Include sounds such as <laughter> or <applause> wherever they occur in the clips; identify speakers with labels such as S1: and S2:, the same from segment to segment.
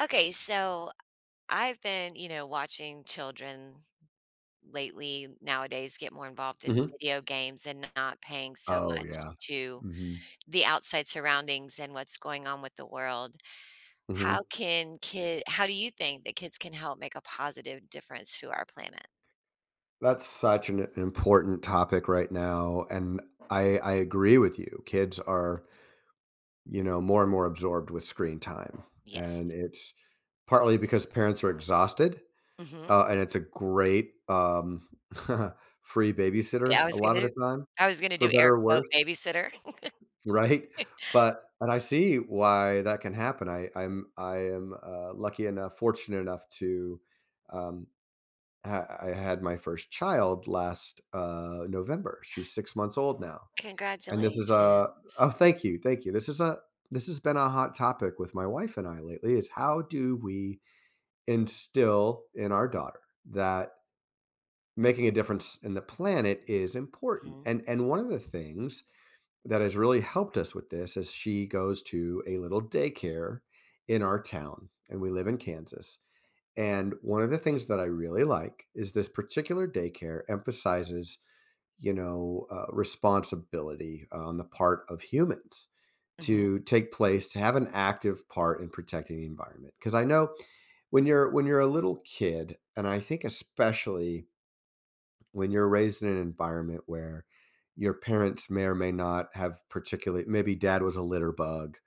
S1: Okay, so I've been, you know, watching children lately nowadays get more involved in
S2: Mhm.
S1: video games and not paying so
S2: Oh,
S1: much
S2: yeah.
S1: to
S2: Mhm.
S1: the outside surroundings and what's going on with the world. How
S2: Mhm.
S1: can kid How do you think that kids can help make a positive difference to our planet?
S2: That's such an important topic right now, and
S1: Mhm.
S2: I agree with you. Kids are, you know, more and more absorbed with screen time,
S1: Yes.
S2: and it's partly because parents are exhausted,
S1: Mhm.
S2: and it's a great, <laughs> free
S1: Yeah,
S2: babysitter
S1: I
S2: a
S1: was going
S2: lot of
S1: to
S2: the time,
S1: I was going to do
S2: for
S1: air
S2: better or
S1: quote
S2: worse,
S1: babysitter.
S2: <laughs> right?
S1: <laughs>
S2: But and I see why that can happen. I am lucky enough, fortunate enough to, um I had my first child last November. She's 6 months old now, and this is a
S1: Congratulations.
S2: oh, thank you, thank you. This has been a hot topic with my wife and I lately. Is how do we instill in our daughter that making a difference in the planet is important?
S1: Mhm.
S2: And one of the things that has really helped us with this is she goes to a little daycare in our town, and we live in Kansas, and one of the things that I really like is this particular daycare emphasizes, you know, responsibility on the part of humans
S1: Mhm.
S2: to take place, to have an active part in protecting the environment. Because I know when you're a little kid, and I think especially when you're raised in an environment where your parents may or may not have particularly maybe dad was a litter bug,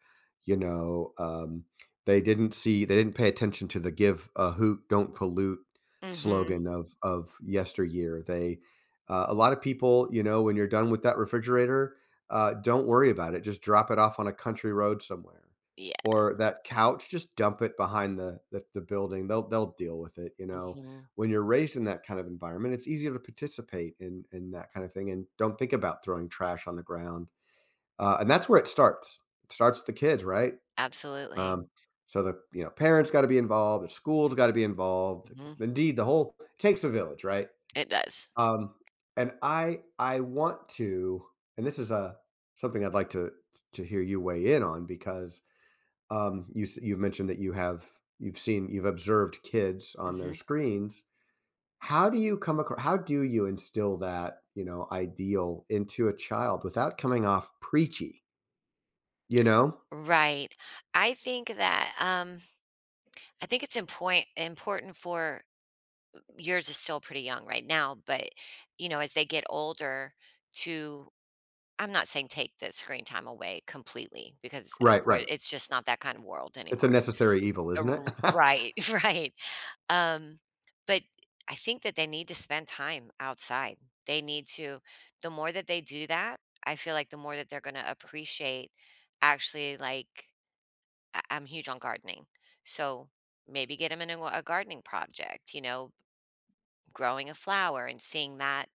S2: you know, they didn't pay attention to the give a hoot don't pollute
S1: Mhm.
S2: slogan of yesteryear. They A lot of people, you know, when you're done with that refrigerator, don't worry about it, just drop it off on a country road somewhere,
S1: Yeah.
S2: or that couch, just dump it behind the building. They'll deal with it, you know.
S1: Mhm.
S2: When you're raised in that kind of environment, it's easier to participate in that kind of thing and don't think about throwing trash on the ground. And that's where it starts. It starts with the kids, right?
S1: Absolutely.
S2: Um, so the, you know, parents got to be involved, the school's got to be involved.
S1: Mhm.
S2: Indeed, the whole it takes a village, right?
S1: It does.
S2: Um, and I want to, and this is a something I'd like to hear you weigh in on because you you mentioned that you've observed kids on their
S1: Mhm.
S2: screens. How do you come across, how do you instill that, you know, ideal into a child without coming off preachy, you know?
S1: Right. I think that, I think it's important for yours is still pretty young right now, but, you know, as they get older to I'm not saying take the screen time away completely because, of
S2: Right,
S1: course,
S2: right.
S1: it's just not that kind of world
S2: It's a
S1: anymore.
S2: necessary evil, isn't it?
S1: R
S2: <laughs>
S1: right, <laughs> right. Um, but I think that they need to spend time outside. They need to the more that they do that, I feel like the more that they're gonna appreciate actually, I'm huge on gardening. So maybe get him in a gardening project, you know, growing a flower and seeing that,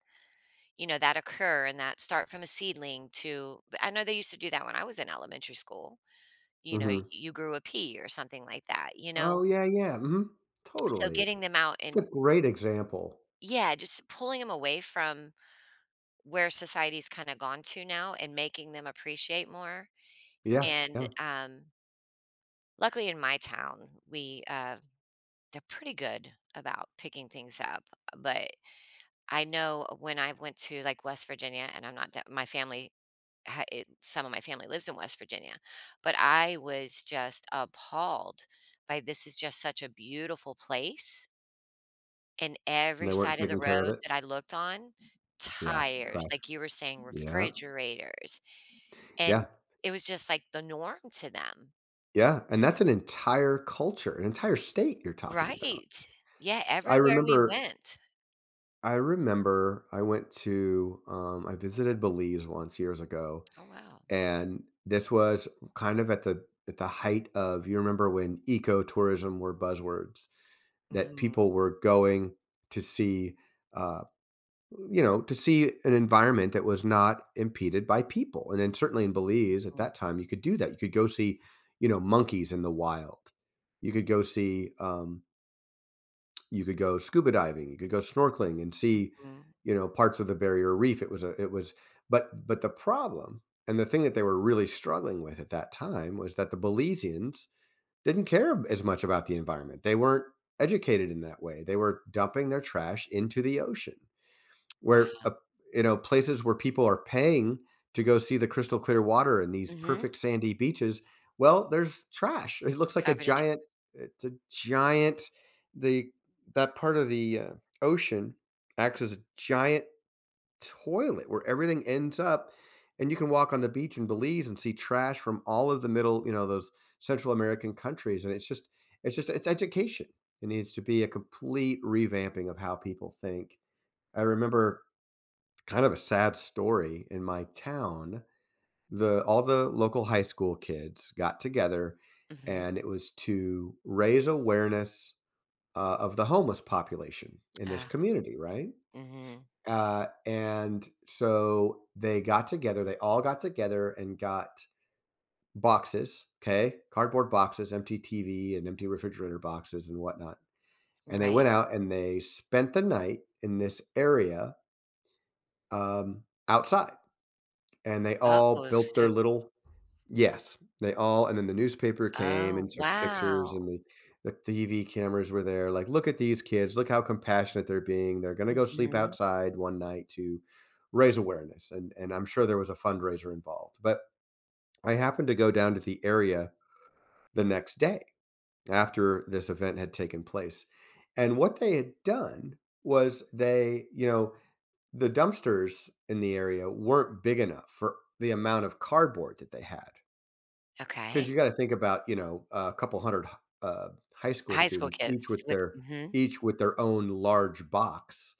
S1: you know, that occur and that start from a seedling to, I know they used to do that when I was in elementary school. You know,
S2: Mhm.
S1: you grew a pea or something like that, you know?
S2: Oh, yeah, yeah, mhm.
S1: So
S2: Totally.
S1: getting them out
S2: It's a
S1: and,
S2: great example.
S1: yeah, just pulling them away from where society's kind of gone to now and making them appreciate more.
S2: Yeah,
S1: And
S2: yeah,
S1: Luckily in my town, they're pretty good about picking things up but I know when I went to, like, West Virginia, and I'm not that my family ha it some of my family lives in West Virginia, but I was just appalled by this is just such a beautiful place, and
S2: and
S1: every
S2: they weren't
S1: side of the
S2: taking care of
S1: road
S2: it.
S1: that I looked on,
S2: Yeah,
S1: tires,
S2: trash.
S1: like you were saying,
S2: Yeah,
S1: refrigerators,
S2: yeah,
S1: and it was just, like, the norm to them.
S2: yeah, and that's an entire culture, an entire state you're talking about.
S1: Right. Yeah,
S2: I
S1: everywhere we
S2: remember
S1: went.
S2: I remember I went to, I visited Belize once years ago,
S1: Oh, wow.
S2: and this was kind of at the height of, you remember when ecotourism were buzzwords that
S1: Mhm,
S2: people were going to see, uh, you know, to see an environment that was not impeded by people. And then certainly in Belize at
S1: mm,
S2: that time you could do that. You could go see, you know, monkeys in the wild. You could go see, you could go scuba diving, you could go snorkeling and see,
S1: mhm.
S2: you know, parts of the barrier reef. It was but the problem and the thing that they were really struggling with at that time was that the Belizeans didn't care as much about the environment. They weren't educated in that way. They were dumping their trash into the ocean, where,
S1: Wow.
S2: you know, places where people are paying to go see the crystal clear water and these
S1: Mhm.
S2: perfect sandy beaches, well, there's trash. It looks like a
S1: Covered in tr
S2: giant, it's a giant the that part of the ocean acts as a giant toilet where everything ends up. And you can walk on the beach in Belize and see trash from all of the middle, you know, those Central American countries. And it's just it's education. It needs to be a complete revamping of how people think. I remember kind of a sad story in my town, the all the local high school kids got together,
S1: Mhm.
S2: and it was to raise awareness, of the homeless population in this
S1: Ah.
S2: community, right?
S1: Mhm.
S2: And so they got together, and got boxes, okay? Cardboard boxes, empty TV and empty refrigerator boxes and whatnot. And they
S1: Right.
S2: went out and they spent the night in this area, outside. And they
S1: Oh,
S2: all built
S1: so
S2: their little, yes, they all, and then the newspaper came and
S1: oh,
S2: took pictures,
S1: wow.
S2: and the TV cameras were there, like, "Look at these kids, look how compassionate they're being, they're gonna go sleep
S1: Mhm.
S2: outside one night to raise awareness," and I'm sure there was a fundraiser involved. But I happened to go down to the area the next day, after this event had taken place, and what they had done was they, you know, the dumpsters in the area weren't big enough for the amount of cardboard that they had, because
S1: Okay.
S2: you gotta think about, you know, a couple hundred, uh, high school
S1: High school
S2: students, each
S1: kids
S2: with
S1: with
S2: their
S1: mhm.
S2: own large box,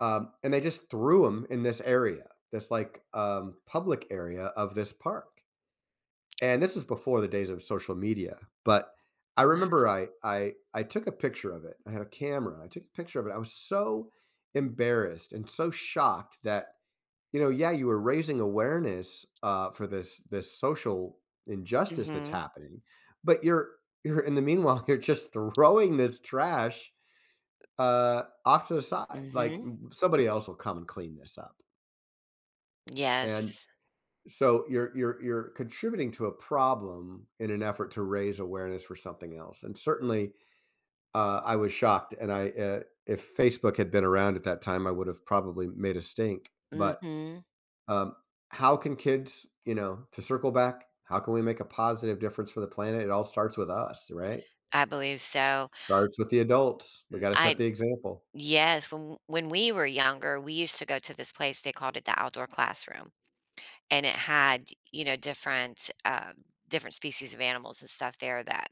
S2: and they just threw them in this area, this, like, public area of this park, and this is before the days of social media. But I
S1: Wow.
S2: remember I took a picture of it. I had a camera. I took a picture of it. I was so embarrassed and so shocked that, you know, yeah, you were raising awareness, for this social injustice that's
S1: Mhm.
S2: happening, but you're in the meanwhile, <laughs> you're just throwing this trash, off to the side, like,
S1: Mhm.
S2: m somebody else will come and clean this up, and
S1: Yes.
S2: so you're contributing to a problem in an effort to raise awareness for something else. And certainly, I was shocked, and if Facebook had been around at that time, I would have probably made a stink. But
S1: Mhm.
S2: Um, how can kids, you know, to circle back, how can we make a positive difference for the planet? It all starts with us, right?
S1: I believe so.
S2: Starts with the adults. We got to set
S1: I
S2: the example.
S1: yes, when we were younger, we used to go to this place, they called it the outdoor classroom, and it had, you know, different species of animals and stuff there that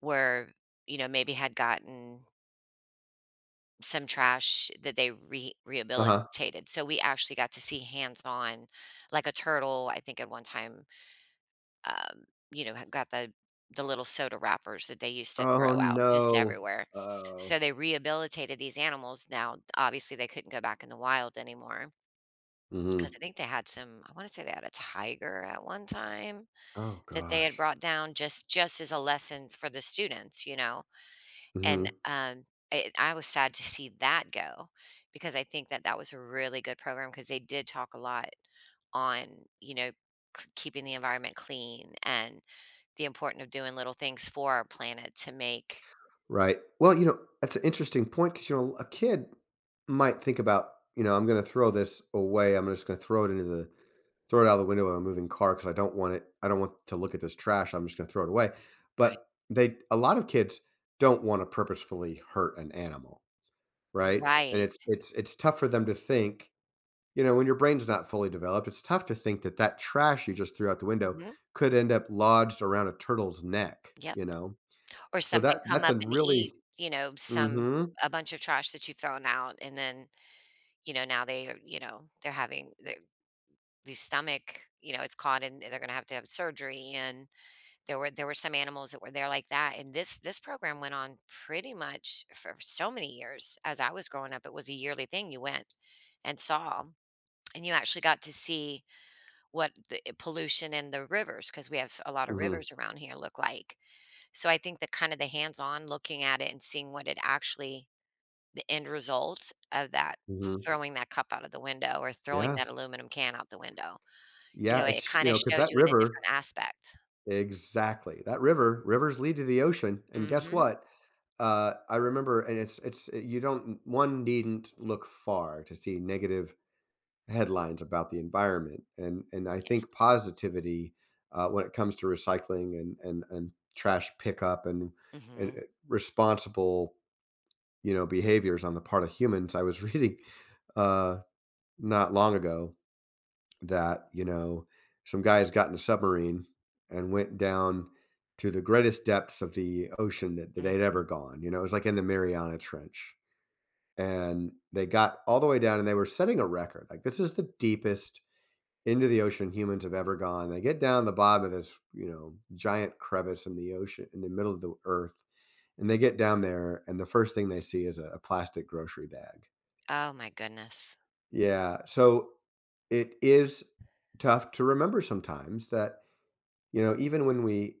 S1: were, you know, maybe had gotten some trash that they re
S2: Uh huh.
S1: rehabilitated. So we actually got to see hands-on, like a turtle, I think at one time, um, you know, had got the little soda wrappers that they used to
S2: Oh
S1: throw out just
S2: no.
S1: everywhere.
S2: Oh.
S1: So they rehabilitated these animals. Now, obviously, they couldn't go back in the wild anymore because
S2: Hmm.
S1: I think they had some, I want to say they had a tiger at one time
S2: Oh
S1: that they had
S2: gosh.
S1: brought down just as a lesson for the students, you know and,
S2: Hmm.
S1: I was sad to see that go because I think that that was a really good program because they did talk a lot on, you know, k keeping the environment clean and the importance of doing little things for our planet to make
S2: Right. Well, you know, that's an interesting point, because, you know, a kid might think about, you know, I'm going to throw this away. I'm just going to throw it into the, throw it out the window of a moving car, because I don't want it. I don't want to look at this trash. I'm just going to throw it away.
S1: Right.
S2: But they, a lot of kids don't want to purposefully hurt an animal, right? And
S1: Right.
S2: it's tough for them to think. You know, when your brain's not fully developed, it's tough to think that trash you just threw out the window
S1: Mhm.
S2: could end up lodged around a turtle's neck.
S1: Yep.
S2: You know,
S1: Or
S2: so
S1: something come
S2: that's
S1: up
S2: a
S1: and
S2: really,
S1: eat, you know, some
S2: hmm,
S1: a bunch of trash that you've thrown out, and then, you know, now they are you know, they're having the these stomach you know, it's caught and they're gonna have to have surgery and there were some animals that were there like that, and this program went on pretty much for so many years. As I was growing up, it was a yearly thing you went and saw, and you actually got to see what the pollution in the rivers, because we have a lot of
S2: hmm,
S1: rivers around here, look like. So I think that kind of the hands-on looking at it and seeing what it actually the end result of that,
S2: hmm,
S1: throwing that cup out of the window or throwing
S2: yeah,
S1: that aluminum can out the window, you
S2: yeah,
S1: know, it
S2: it's, you
S1: kinda
S2: know, because
S1: showed
S2: that
S1: you in a different
S2: river,
S1: aspect.
S2: exactly, that river, rivers lead to the ocean and guess
S1: Mhm.
S2: what. I remember, and it's you don't, one needn't look far to see negative headlines about the environment, and I think
S1: Yes.
S2: positivity, when it comes to recycling and trash pickup and
S1: Mhm.
S2: responsible, you know, behaviors on the part of humans. I was <laughs> reading, uh, not long ago, that, you know, some guys got in a submarine and went down to the greatest depths of the ocean that, they'd
S1: Mhm.
S2: ever gone. You know, it was like in the Mariana Trench, and they got all the way down and they were setting a record. Like, this is the deepest into the ocean humans have ever gone. They get down the bottom of this, you know, giant crevice in the ocean in the middle of the earth. And they get down there and the first thing they see is a plastic grocery bag.
S1: Oh my goodness.
S2: Yeah. So it is tough to remember sometimes that, you know, even when we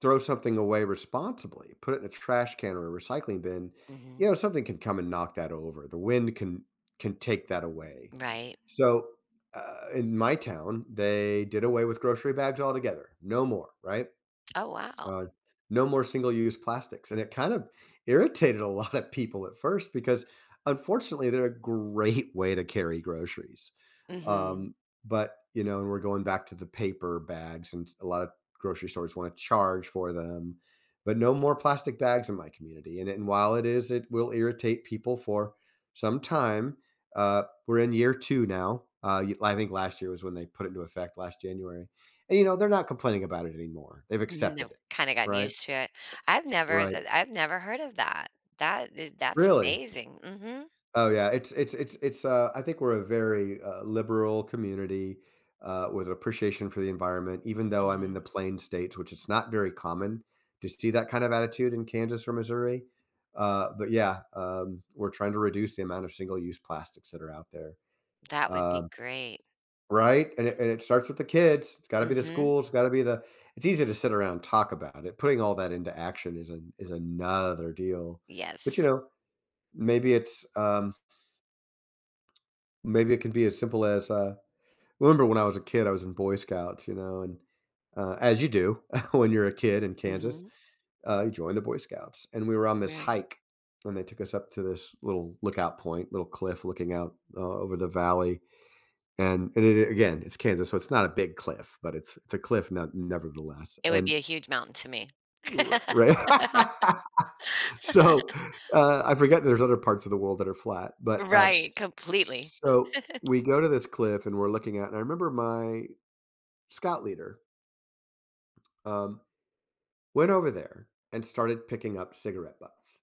S2: throw something away responsibly, put it in a trash can or a recycling bin,
S1: Mhm.
S2: you know, something can come and knock that over. The wind can take that away.
S1: Right.
S2: So, in my town, they did away with grocery bags altogether. No more, right?
S1: Oh, wow.
S2: Uh, no more single-use plastics, and it kind of irritated a lot of people at first because, unfortunately, they're a great way to carry groceries.
S1: Mhm.
S2: Um, but, you know, and we're going back to the paper bags, and a lot of grocery stores want to charge for them. But no more plastic bags in my community. And while it is, it will irritate people for some time. We're in year two now. I think last year was when they put it into effect last January. And, you know, they're not complaining about it anymore. They've
S1: Mhm, they've
S2: accepted it.
S1: kinda gotten
S2: Right.
S1: used to it.
S2: Right.
S1: I've never heard of that. That I that's
S2: Really?
S1: amazing. Mhm.
S2: Oh, yeah, it's I think we're a very, liberal community, with appreciation for the environment, even though I'm in
S1: Mhm.
S2: the Plain States, which it's not very common to see that kind of attitude in Kansas or Missouri, but yeah, we're trying to reduce the amount of single-use plastics that are out there.
S1: That would be
S2: um
S1: great.
S2: Right? And it starts with the kids. It's gotta be the
S1: Mhm.
S2: schools, gotta be the— it's easy to sit around and talk about it. Putting all that into action is an is another deal, but, you
S1: Yes.
S2: know, maybe it's maybe it can be as simple as, remember when I was a kid, I was in Boy Scouts, you know, and, as you do <laughs> when you're a kid in Kansas,
S1: Mhm.
S2: you join the Boy Scouts, and we were on this
S1: Right.
S2: hike, and they took us up to this little lookout point, little cliff looking out, over the valley. And it, again, it's Kansas, so it's not a big cliff, but it's a cliff, no nevertheless,
S1: It would
S2: and
S1: be a huge mountain to me.
S2: r right <laughs> So, I forget there's other parts of the world that are flat, but,
S1: Right, completely.
S2: so we go to this cliff and we're looking at, and I remember my scout leader um, went over there and started picking up cigarette butts.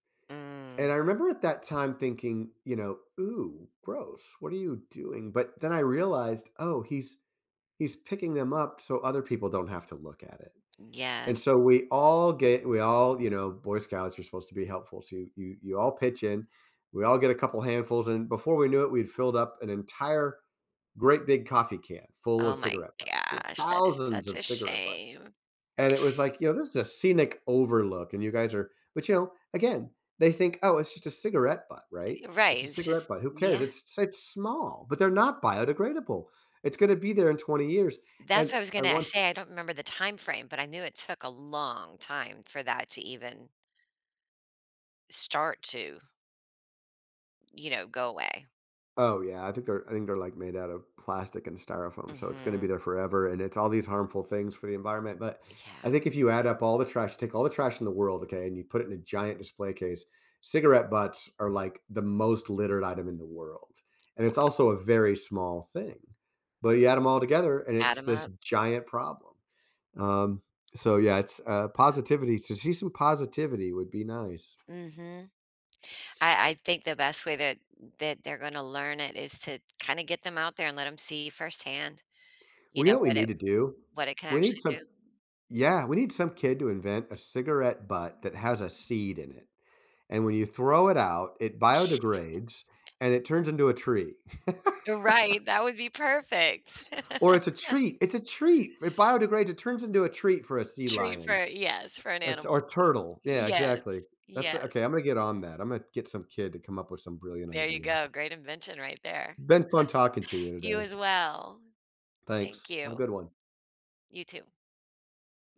S2: And
S1: Mm,
S2: I remember at that time thinking, you know, ooh, gross, what are you doing? But then I realized, oh, he's picking them up so other people don't have to look at it. And
S1: yes.
S2: so we all, you know, Boy Scouts are supposed to be helpful, so you all pitch in. We all get a couple handfuls, and before we knew it, we'd filled up an entire great big coffee can full
S1: Oh
S2: of
S1: my
S2: cigarette butts, you know,
S1: gosh, that is
S2: thousands
S1: such
S2: of
S1: a
S2: cigarette butts.
S1: shame.
S2: And it was like, you know, this is a scenic overlook. And you guys are— but, you know, again, they think, oh, it's just a cigarette butt, right? It's
S1: Right,
S2: a
S1: it's
S2: cigarette
S1: just
S2: butt. Who cares?
S1: yeah.
S2: It's small, but they're not biodegradable. It's going to be there in 20 years. And
S1: That's what I was
S2: I
S1: gonna
S2: once—
S1: say, I don't remember the time frame, but I knew it took a long time for that to even start to, you know, go away.
S2: oh yeah, I think they're like made out of plastic and styrofoam, so it's going to be
S1: Mhm.
S2: there forever, and it's all these harmful things for the environment. But
S1: Yeah,
S2: I think if you add up all the trash, take all the trash in the world, okay, and you put it in a giant display case, cigarette butts are like the most littered item in the world, and
S1: w
S2: it's also a very small thing. But you add them all together, and
S1: add
S2: it's
S1: 'em
S2: this
S1: up.
S2: giant problem. Um, so yeah, it's positivity. To see some positivity would be nice.
S1: Mhm. I think the best way that they're gonna learn it is to kinda get them out there and let them see firsthand, you
S2: Well, you
S1: know,
S2: know what we
S1: what it
S2: need to do?
S1: what it can
S2: We need
S1: actually
S2: some.
S1: do.
S2: Yeah, we need some kid to invent a cigarette butt that has a seed in it. And when you throw it out, it biodegrades and it turns into a tree. <laughs>
S1: Right, that would be perfect.
S2: Or it's a
S1: <laughs>
S2: treat. It's a treat. It biodegrades. It turns into a treat for a sea
S1: Treat
S2: lion,
S1: for yes, for an
S2: a t-
S1: animal.
S2: or turtle. Yeah,
S1: Yes,
S2: exactly. That's
S1: yes.
S2: okay. I'm going to get on that. I'm going to get some kid to come up with some brilliant
S1: There you
S2: idea.
S1: go, great invention right there.
S2: Been fun talking to you
S1: You
S2: today.
S1: as well.
S2: Thanks.
S1: Thank
S2: Have a good
S1: you.
S2: one.
S1: You too.